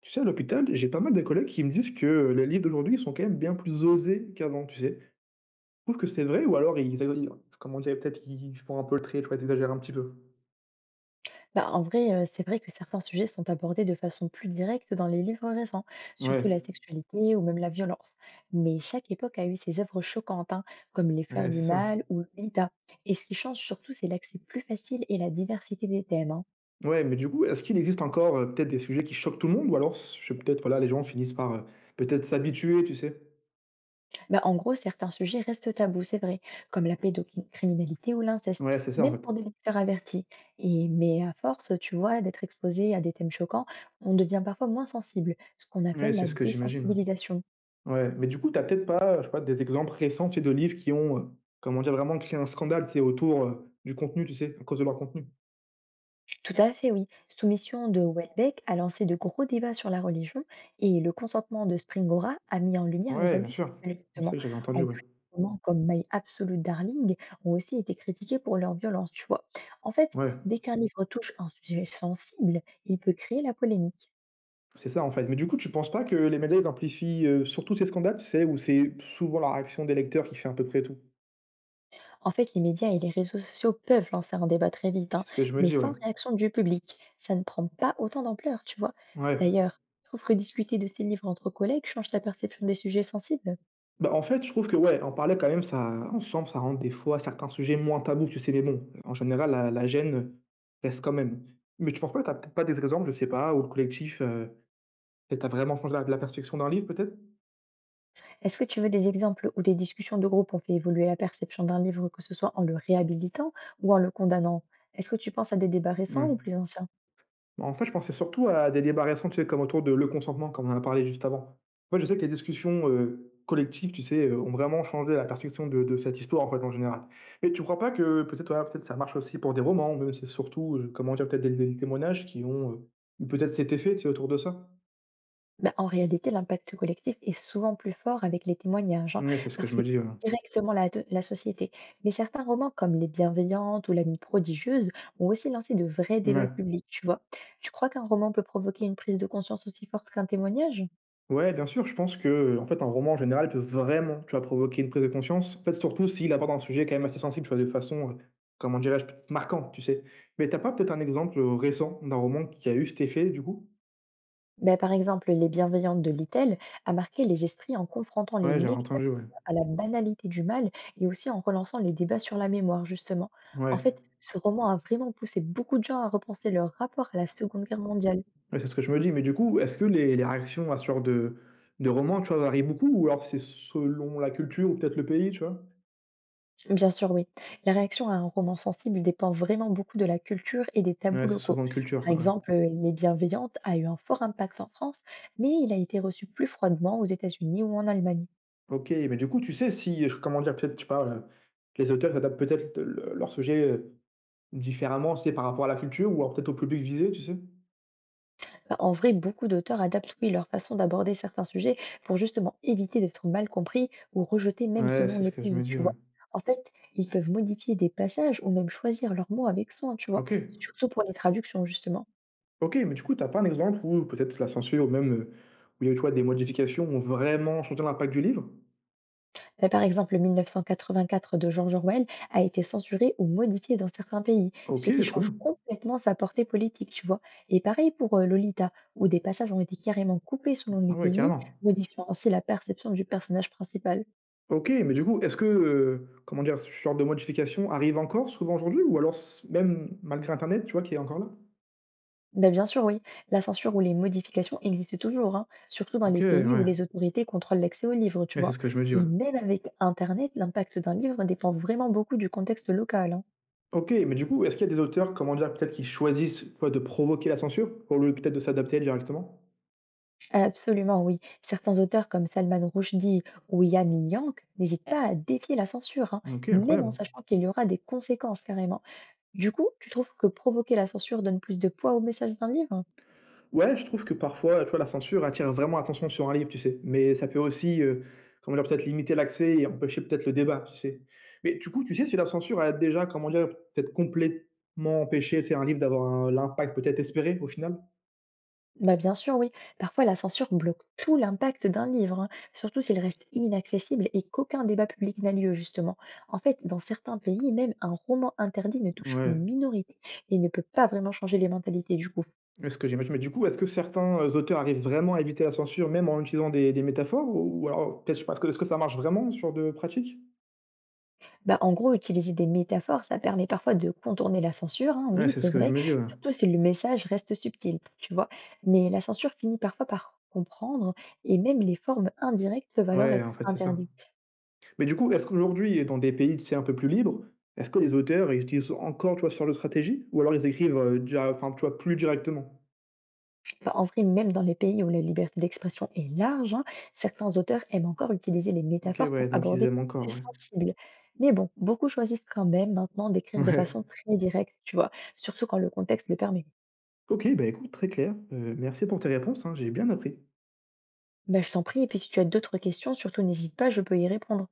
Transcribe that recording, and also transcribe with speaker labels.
Speaker 1: Tu sais, à l'hôpital, j'ai pas mal de collègues qui me disent que les livres d'aujourd'hui sont quand même bien plus osés qu'avant, tu sais. Je trouve que c'est vrai, ou alors comment dire, peut-être ils font un peu le trait, tu vois, ils exagèrent un petit peu.
Speaker 2: Bah, en vrai, c'est vrai que certains sujets sont abordés de façon plus directe dans les livres récents, surtout
Speaker 1: Ouais,
Speaker 2: la sexualité ou même la violence. Mais chaque époque a eu ses œuvres choquantes, hein, comme Les Fleurs
Speaker 1: ouais, c'est
Speaker 2: du
Speaker 1: ça.
Speaker 2: Mal ou Lolita. Et ce qui change surtout, c'est l'accès plus facile et la diversité des thèmes, hein.
Speaker 1: Ouais, mais du coup, est-ce qu'il existe encore peut-être des sujets qui choquent tout le monde, ou alors peut-être voilà, les gens finissent par peut-être s'habituer, tu sais.
Speaker 2: Bah, en gros, certains sujets restent tabous, c'est vrai, comme la pédocriminalité ou l'inceste,
Speaker 1: Ouais, c'est ça en
Speaker 2: même
Speaker 1: fait.
Speaker 2: pour des lecteurs avertis. Et mais à force, tu vois, d'être exposé à des thèmes choquants, on devient parfois moins sensible, ce qu'on
Speaker 1: Ouais,
Speaker 2: appelle la
Speaker 1: c'est ce que j'imagine.
Speaker 2: désensibilisation.
Speaker 1: Ouais, mais du coup, t'as peut-être pas, je sais pas, des exemples récents, tu sais, de livres qui ont, comment dire, vraiment créé un scandale, c'est autour du contenu, tu sais, à cause de leur contenu.
Speaker 2: Tout à fait, oui. Soumission de Welbeck a lancé de gros débats sur la religion et le consentement de Springora a mis en lumière les
Speaker 1: Ouais, bien
Speaker 2: abus
Speaker 1: sûr.
Speaker 2: sexuels,
Speaker 1: C'est
Speaker 2: justement.
Speaker 1: vrai que j'avais entendu,
Speaker 2: En
Speaker 1: ouais.
Speaker 2: plus, des romans comme My Absolute Darling ont aussi été critiqués pour leur violence, tu vois. En fait,
Speaker 1: Ouais,
Speaker 2: dès qu'un livre touche un sujet sensible, il peut créer la polémique.
Speaker 1: c'est ça, en fait. Mais du coup, tu penses pas que les médias, ils amplifient, surtout ces scandales, tu sais, où c'est souvent la réaction des lecteurs qui fait à peu près tout?
Speaker 2: En fait, les médias et les réseaux sociaux peuvent lancer un débat très vite, hein,
Speaker 1: C'est ce que je me
Speaker 2: mais
Speaker 1: dis,
Speaker 2: sans
Speaker 1: ouais.
Speaker 2: réaction du public. Ça ne prend pas autant d'ampleur, tu vois.
Speaker 1: Ouais.
Speaker 2: D'ailleurs, je trouve que discuter de ces livres entre collègues change ta perception des sujets sensibles.
Speaker 1: Bah, en fait, je trouve que, ouais, en parler quand même, ça ensemble, ça rend des fois certains sujets moins tabous, tu sais? Mais bon, en général, la gêne, reste quand même. Mais tu penses pas, que t'as peut-être pas des exemples, je sais pas, où le collectif, peut-être a vraiment changé la perspective d'un livre, peut-être?
Speaker 2: Est-ce que tu veux des exemples où des discussions de groupe ont fait évoluer la perception d'un livre, que ce soit en le réhabilitant ou en le condamnant? Est-ce que tu penses à des débats récents ou
Speaker 1: Ouais.
Speaker 2: plus anciens?
Speaker 1: Bah, en fait, je pensais surtout à des débats récents, tu sais, comme autour de le consentement, comme on en a parlé juste avant. Moi, je sais que les discussions collectives, tu sais, ont vraiment changé la perception de cette histoire, en fait, en général. Mais tu crois pas que peut-être ouais, peut-être ça marche aussi pour des romans, ou même c'est surtout, comment dire, peut-être des témoignages qui ont eu peut-être cet effet, tu sais, autour de ça?
Speaker 2: Ben, en réalité, l'impact collectif est souvent plus fort avec les témoignages, hein,
Speaker 1: Oui, c'est ce que
Speaker 2: parce
Speaker 1: je
Speaker 2: qu'il
Speaker 1: me dis, ouais.
Speaker 2: touche directement la société. Mais certains romans, comme Les Bienveillantes ou L'Amie prodigieuse, ont aussi lancé de vrais débats
Speaker 1: Ouais.
Speaker 2: publics, tu vois. Tu crois qu'un roman peut provoquer une prise de conscience aussi forte qu'un témoignage?
Speaker 1: Ouais, bien sûr, je pense que en fait, un roman, en général, peut vraiment, tu vois, provoquer une prise de conscience. En fait, surtout s'il aborde un sujet quand même assez sensible, tu vois, de façon, comment dirais-je, marquante, tu sais. Mais t'as pas peut-être un exemple récent d'un roman qui a eu cet effet, du coup?
Speaker 2: Bah, par exemple, Les Bienveillantes de Littell a marqué les esprits en confrontant les
Speaker 1: Ouais, j'avais
Speaker 2: lecteurs
Speaker 1: entendu, ouais.
Speaker 2: à la banalité du mal et aussi en relançant les débats sur la mémoire, justement. En
Speaker 1: Ouais.
Speaker 2: fait, ce roman a vraiment poussé beaucoup de gens à repenser leur rapport à la Seconde Guerre mondiale.
Speaker 1: Ouais, c'est ce que je me dis. Mais du coup, est-ce que les réactions à ce genre de roman, tu vois, varient beaucoup? Ou alors c'est selon la culture ou peut-être le pays, tu vois?
Speaker 2: Bien sûr, oui. La réaction à un roman sensible dépend vraiment beaucoup de la culture et des tabous
Speaker 1: Ouais, c'est
Speaker 2: locaux.
Speaker 1: souvent culture,
Speaker 2: Par
Speaker 1: quoi, ouais.
Speaker 2: exemple, Les Bienveillantes a eu un fort impact en France, mais il a été reçu plus froidement aux États-Unis ou en Allemagne.
Speaker 1: Ok, mais du coup, tu sais si, comment dire, peut-être, je sais pas, les auteurs adaptent leur sujet. Différemment, c'est par rapport à la culture ou alors peut-être au public visé, tu sais?
Speaker 2: Bah, en vrai, beaucoup d'auteurs adaptent, oui, leur façon d'aborder certains sujets pour justement éviter d'être mal compris ou rejetés même
Speaker 1: Ouais,
Speaker 2: selon
Speaker 1: c'est
Speaker 2: les
Speaker 1: ce que je
Speaker 2: pays,
Speaker 1: me dis,
Speaker 2: tu
Speaker 1: ouais.
Speaker 2: vois. En fait, ils peuvent modifier des passages ou même choisir leurs mots avec soin, tu vois,
Speaker 1: OK.
Speaker 2: surtout pour les traductions, justement.
Speaker 1: OK, mais du coup, t'as pas un exemple où peut-être la censure ou même, où il y a eu, tu vois, des modifications ont vraiment changé l'impact du livre?
Speaker 2: Par exemple, 1984 de George Orwell a été censuré ou modifié dans certains pays, ce
Speaker 1: OK,
Speaker 2: qui
Speaker 1: trop
Speaker 2: change
Speaker 1: bien.
Speaker 2: complètement sa portée politique, tu vois. Et pareil pour Lolita, où des passages ont été carrément coupés selon les
Speaker 1: Ah ouais,
Speaker 2: pays,
Speaker 1: carrément.
Speaker 2: modifiant ainsi la perception du personnage principal.
Speaker 1: OK, mais du coup, est-ce que, comment dire? Ce genre de modification arrive encore souvent aujourd'hui ou alors s même malgré internet, tu vois, qui est encore là?
Speaker 2: Ben bien sûr, oui. La censure ou les modifications existent toujours, hein, surtout dans les
Speaker 1: OK,
Speaker 2: pays où
Speaker 1: ouais.
Speaker 2: les autorités contrôlent l'accès aux livres, tu
Speaker 1: Mais c'est
Speaker 2: vois.
Speaker 1: ce que je me dis, ouais.
Speaker 2: Et même avec Internet, l'impact d'un livre dépend vraiment beaucoup du contexte local, hein.
Speaker 1: OK, mais du coup, est-ce qu'il y a des auteurs, comment dire? Peut-être qui choisissent, tu vois, de provoquer la censure au lieu peut-être de s'adapter directement?
Speaker 2: Absolument, oui. Certains auteurs comme Salman Rushdie ou Yann Yank n'hésitent pas à défier la censure, hein,
Speaker 1: OK,
Speaker 2: même en
Speaker 1: incroyable.
Speaker 2: sachant qu'il y aura des conséquences carrément. Du coup, tu trouves que provoquer la censure donne plus de poids au message d'un livre?
Speaker 1: Ouais, je trouve que parfois, tu vois, la censure attire vraiment l'attention sur un livre, tu sais. Mais ça peut aussi, comment dire, peut-être limiter l'accès et empêcher peut-être le débat, tu sais? Mais du coup, tu sais si la censure a déjà, comment dire, peut-être complètement empêché, c'est un livre d'avoir un l'impact peut-être espéré au final?
Speaker 2: Bah, bien sûr, oui. Parfois, la censure bloque tout l'impact d'un livre, hein, surtout s'il reste inaccessible et qu'aucun débat public n'a lieu, justement. En fait, dans certains pays, même un roman interdit ne touche qu'une
Speaker 1: Ouais.
Speaker 2: minorité et ne peut pas vraiment changer les mentalités du coup.
Speaker 1: Ouais, ce que j'imagine. Mais du coup, est-ce que certains, auteurs arrivent vraiment à éviter la censure même en utilisant des métaphores? Ou alors peut-être, je sais pas, est-ce que ça marche vraiment ce genre de pratique?
Speaker 2: Bah, en gros, utiliser des métaphores, ça permet parfois de contourner la censure, hein,
Speaker 1: Ouais,
Speaker 2: oui,
Speaker 1: c'est
Speaker 2: c'est
Speaker 1: ce que je
Speaker 2: vrai,
Speaker 1: me dis, ouais.
Speaker 2: surtout si le message reste subtil, tu vois. Mais la censure finit parfois par comprendre et même les formes indirectes peuvent alors
Speaker 1: Ouais,
Speaker 2: être
Speaker 1: en fait, c'est ça.
Speaker 2: interdites.
Speaker 1: Mais du coup, est-ce qu'aujourd'hui, dans des pays, tu sais, un peu plus libres, est-ce que les auteurs, ils utilisent encore, tu vois, sur genre de stratégie? Ou alors ils écrivent, déjà enfin, tu vois, plus directement?
Speaker 2: Bah, en vrai, même dans les pays où la liberté d'expression est large, hein, certains auteurs aiment encore utiliser les
Speaker 1: OK,
Speaker 2: métaphores pour
Speaker 1: ouais, donc ils
Speaker 2: aborder
Speaker 1: aiment
Speaker 2: des
Speaker 1: encore,
Speaker 2: sujets
Speaker 1: ouais.
Speaker 2: sensibles. Mais bon, beaucoup choisissent quand même maintenant d'écrire de façon
Speaker 1: Ouais.
Speaker 2: très directe, tu vois, surtout quand le contexte le permet.
Speaker 1: OK, bah, écoute, très clair. Merci pour tes réponses, hein, j'ai bien appris.
Speaker 2: Bah, je t'en prie, et puis si tu as d'autres questions, surtout n'hésite pas, je peux y répondre.